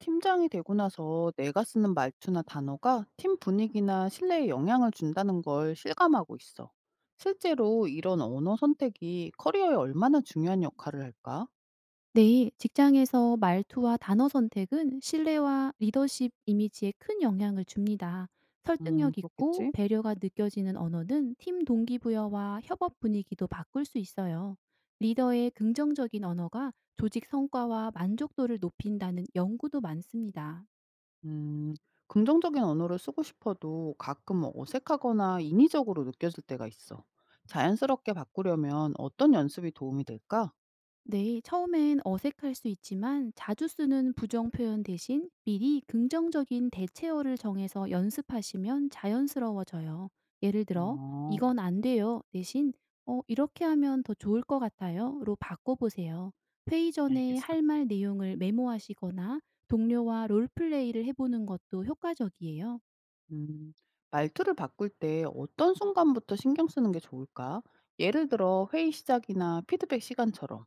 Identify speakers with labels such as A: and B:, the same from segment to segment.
A: 팀장이 되고 나서 내가 쓰는 말투나 단어가 팀 분위기나 신뢰에 영향을 준다는 걸 실감하고 있어. 실제로 이런 언어 선택이 커리어에 얼마나 중요한 역할을 할까?
B: 네, 직장에서 말투와 단어 선택은 신뢰와 리더십 이미지에 큰 영향을 줍니다. 설득력 있고
A: 그렇겠지?
B: 배려가 느껴지는 언어는 팀 동기부여와 협업 분위기도 바꿀 수 있어요. 리더의 긍정적인 언어가 조직 성과와 만족도를 높인다는 연구도 많습니다.
A: 음, 긍정적인 언어를 쓰고 싶어도 가끔 어색하거나 인위적으로 느껴질 때가 있어. 자연스럽게 바꾸려면 어떤 연습이 도움이 될까?
B: 네, 처음엔 어색할 수 있지만 자주 쓰는 부정 표현 대신 미리 긍정적인 대체어를 정해서 연습하시면 자연스러워져요. 예를 들어,
A: 어,
B: 이건 안 돼요. 대신, 이렇게 하면 더 좋을 것 같아요. 로 바꿔보세요. 회의 전에
A: 알겠어.
B: 할 말 내용을 메모하시거나 동료와 롤플레이를 해보는 것도 효과적이에요.
A: 음, 말투를 바꿀 때 어떤 순간부터 신경 쓰는 게 좋을까? 예를 들어 회의 시작이나 피드백 시간처럼.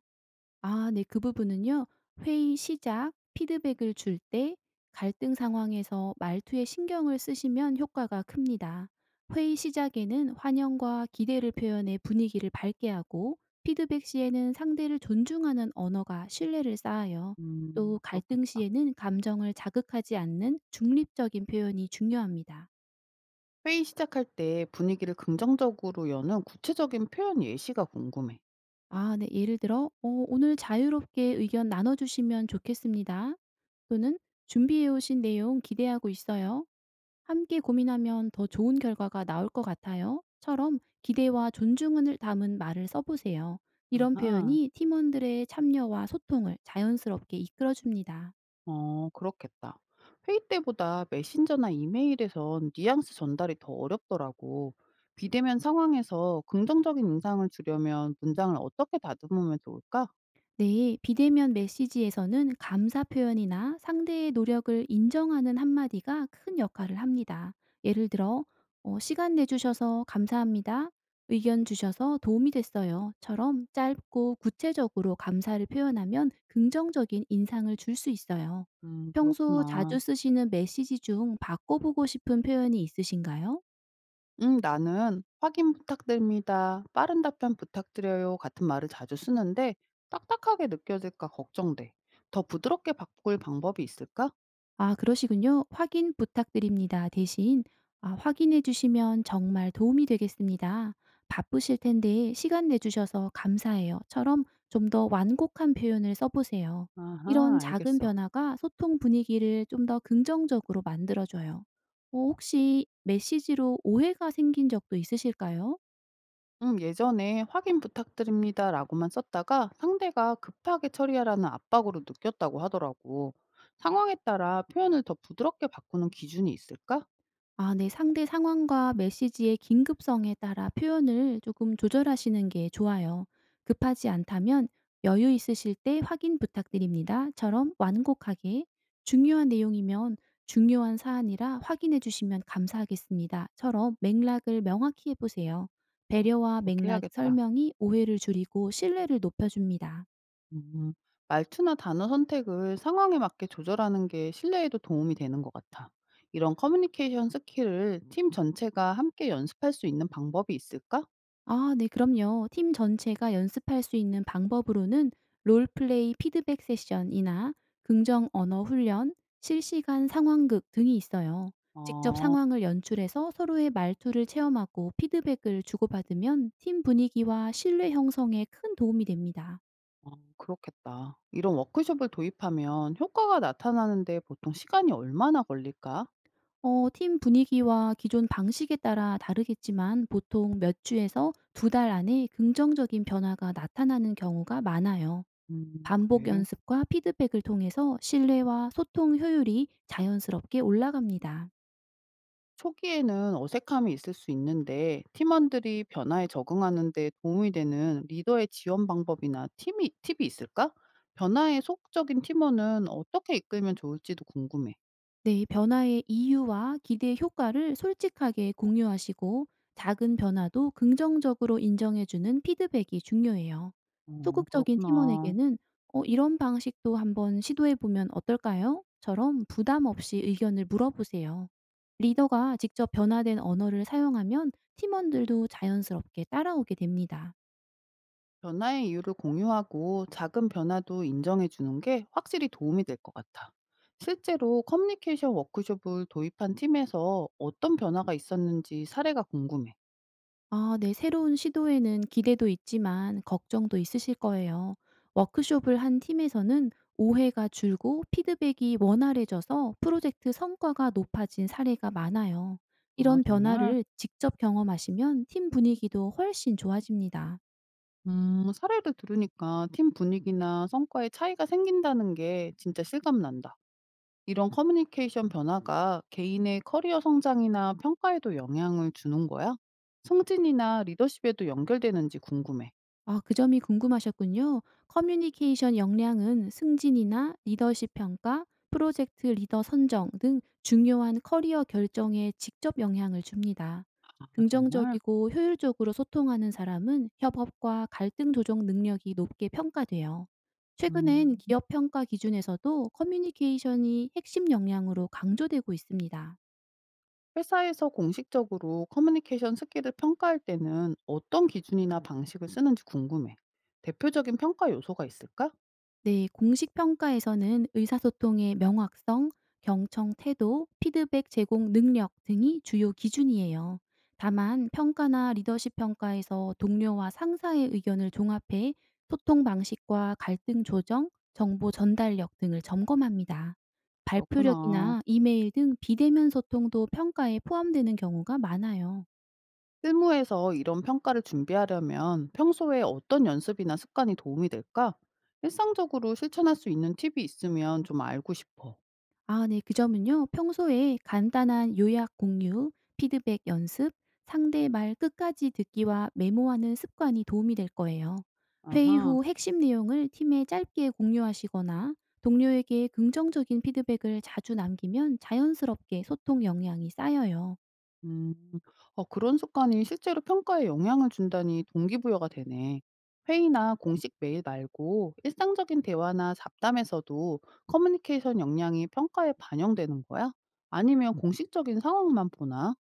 B: 아 네. 그 부분은요. 회의 시작, 피드백을 줄 때, 갈등 상황에서 말투에 신경을 쓰시면 효과가 큽니다. 회의 시작에는 환영과 기대를 표현해 분위기를 밝게 하고, 피드백 시에는 상대를 존중하는 언어가 신뢰를 쌓아요. 또 갈등
A: 그렇겠다.
B: 시에는 감정을 자극하지 않는 중립적인 표현이 중요합니다.
A: 회의 시작할 때 분위기를 긍정적으로 여는 구체적인 표현 예시가 궁금해.
B: 아 네. 예를 들어 "어 오늘 자유롭게 의견 나눠 주시면 좋겠습니다." 또는 "준비해 오신 내용 기대하고 있어요. 함께 고민하면 더 좋은 결과가 나올 것 같아요." 처럼 기대와 존중을 담은 말을 써 보세요. 이런
A: 아하,
B: 표현이 팀원들의 참여와 소통을 자연스럽게 이끌어 줍니다.
A: 어, 그렇겠다. 회의 때보다 메신저나 이메일에선 뉘앙스 전달이 더 어렵더라고. 비대면 상황에서 긍정적인 인상을 주려면 문장을 어떻게 다듬으면 좋을까?
B: 네, 비대면 메시지에서는 감사 표현이나 상대의 노력을 인정하는 한마디가 큰 역할을 합니다. 예를 들어, 시간 내주셔서 감사합니다. 의견 주셔서 도움이 됐어요. 처럼 짧고 구체적으로 감사를 표현하면 긍정적인 인상을 줄 수 있어요. 평소
A: 그렇구나.
B: 자주 쓰시는 메시지 중 바꿔보고 싶은 표현이 있으신가요?
A: 나는 확인 부탁드립니다. 빠른 답변 부탁드려요. 같은 말을 자주 쓰는데 딱딱하게 느껴질까 걱정돼. 더 부드럽게 바꿀 방법이 있을까?
B: 아 그러시군요. "확인 부탁드립니다." 대신 "아 확인해 주시면 정말 도움이 되겠습니다. 바쁘실 텐데 시간 내 주셔서 감사해요."처럼 좀 더 완곡한 표현을 써 보세요. 이런
A: 아하,
B: 작은
A: 알겠어.
B: 변화가 소통 분위기를 좀 더 긍정적으로 만들어 줘요. 어 혹시 메시지로 오해가 생긴 적도 있으실까요?
A: 예전에 확인 부탁드립니다라고만 썼다가 상대가 급하게 처리하라는 압박으로 느꼈다고 하더라고. 상황에 따라 표현을 더 부드럽게 바꾸는 기준이 있을까?
B: 아 네. 상대 상황과 메시지의 긴급성에 따라 표현을 조금 조절하시는 게 좋아요. "급하지 않다면 여유 있으실 때 확인 부탁드립니다."처럼 완곡하게, "중요한 내용이면 중요한 사안이라 확인해 주시면 감사하겠습니다."처럼 맥락을 명확히 해 보세요. 배려와
A: 그렇게
B: 맥락
A: 해야겠다.
B: 설명이 오해를 줄이고 신뢰를 높여 줍니다.
A: 음. 말투나 단어 선택을 상황에 맞게 조절하는 게 신뢰에도 도움이 되는 것 같아. 이런 커뮤니케이션 스킬을 팀 전체가 함께 연습할 수 있는 방법이 있을까?
B: 아 네 그럼요. 팀 전체가 연습할 수 있는 방법으로는 롤플레이 피드백 세션이나 긍정 언어 훈련, 실시간 상황극 등이 있어요. 직접
A: 아,
B: 상황을 연출해서 서로의 말투를 체험하고 피드백을 주고받으면 팀 분위기와 신뢰 형성에 큰 도움이 됩니다.
A: 아, 그렇겠다. 이런 워크숍을 도입하면 효과가 나타나는데 보통 시간이 얼마나 걸릴까?
B: 팀 분위기와 기존 방식에 따라 다르겠지만 보통 몇 주에서 2달 안에 긍정적인 변화가 나타나는 경우가 많아요. 반복
A: 그래.
B: 연습과 피드백을 통해서 신뢰와 소통 효율이 자연스럽게 올라갑니다.
A: 초기에는 어색함이 있을 수 있는데 팀원들이 변화에 적응하는 데 도움이 되는 리더의 지원 방법이나 팁이 있을까? 변화에 소극적인 팀원은 어떻게 이끌면 좋을지도 궁금해.
B: 네, 변화의 이유와 기대 효과를 솔직하게 공유하시고 작은 변화도 긍정적으로 인정해주는 피드백이 중요해요.
A: 어,
B: 소극적인
A: 그렇구나.
B: 팀원에게는 "어, 이런 방식도 한번 시도해보면 어떨까요? 처럼 부담 없이 의견을 물어보세요. 리더가 직접 변화된 언어를 사용하면 팀원들도 자연스럽게 따라오게 됩니다.
A: 변화의 이유를 공유하고 작은 변화도 인정해 주는 게 확실히 도움이 될 것 같아. 실제로 커뮤니케이션 워크숍을 도입한 팀에서 어떤 변화가 있었는지 사례가 궁금해.
B: 아 네. 새로운 시도에는 기대도 있지만 걱정도 있으실 거예요. 워크숍을 한 팀에서는 오해가 줄고 피드백이 원활해져서 프로젝트 성과가 높아진 사례가 많아요.
A: 아,
B: 이런
A: 정말?
B: 변화를 직접 경험하시면 팀 분위기도 훨씬 좋아집니다.
A: 사례를 들으니까 팀 분위기나 성과에 차이가 생긴다는 게 진짜 실감난다. 이런 커뮤니케이션 변화가 개인의 커리어 성장이나 평가에도 영향을 주는 거야? 승진이나 리더십에도 연결되는지 궁금해.
B: 아, 그 점이 궁금하셨군요. 커뮤니케이션 역량은 승진이나 리더십 평가, 프로젝트 리더 선정 등 중요한 커리어 결정에 직접 영향을 줍니다.
A: 아, 정말?
B: 긍정적이고 효율적으로 소통하는 사람은 협업과 갈등 조정 능력이 높게 평가돼요.
A: 음.
B: 최근엔 기업 평가 기준에서도 커뮤니케이션이 핵심 역량으로 강조되고 있습니다.
A: 회사에서 공식적으로 커뮤니케이션 스킬을 평가할 때는 어떤 기준이나 방식을 쓰는지 궁금해. 대표적인 평가 요소가 있을까?
B: 네, 공식 평가에서는 의사소통의 명확성, 경청 태도, 피드백 제공 능력 등이 주요 기준이에요. 다만 평가나 리더십 평가에서 동료와 상사의 의견을 종합해 소통 방식과 갈등 조정, 정보 전달력 등을 점검합니다.
A: 그렇구나.
B: 발표력이나 이메일 등 비대면 소통도 평가에 포함되는 경우가 많아요.
A: 실무에서 이런 평가를 준비하려면 평소에 어떤 연습이나 습관이 도움이 될까? 일상적으로 실천할 수 있는 팁이 있으면 좀 알고 싶어.
B: 아 네. 그 점은요. 평소에 간단한 요약 공유, 피드백 연습, 상대 말 끝까지 듣기와 메모하는 습관이 도움이 될 거예요. 회의
A: 아하,
B: 후 핵심 내용을 팀에 짧게 공유하시거나 동료에게 긍정적인 피드백을 자주 남기면 자연스럽게 소통 역량이 쌓여요.
A: 음, 그런 습관이 실제로 평가에 영향을 준다니 동기부여가 되네. 회의나 공식 메일 말고 일상적인 대화나 잡담에서도 커뮤니케이션 역량이 평가에 반영되는 거야? 아니면 공식적인 상황만 보나?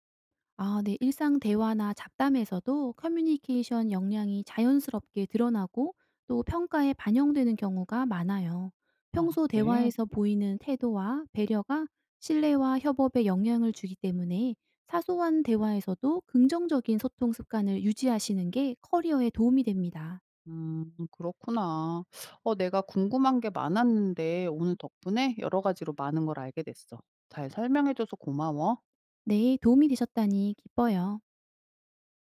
B: 아 네. 일상 대화나 잡담에서도 커뮤니케이션 역량이 자연스럽게 드러나고 또 평가에 반영되는 경우가 많아요.
A: 아,
B: 평소
A: 그래.
B: 대화에서 보이는 태도와 배려가 신뢰와 협업에 영향을 주기 때문에 사소한 대화에서도 긍정적인 소통 습관을 유지하시는 게 커리어에 도움이 됩니다.
A: 그렇구나. 어 내가 궁금한 게 많았는데 오늘 덕분에 여러 가지로 많은 걸 알게 됐어. 잘 설명해 줘서 고마워.
B: 네, 도움이 되셨다니 기뻐요.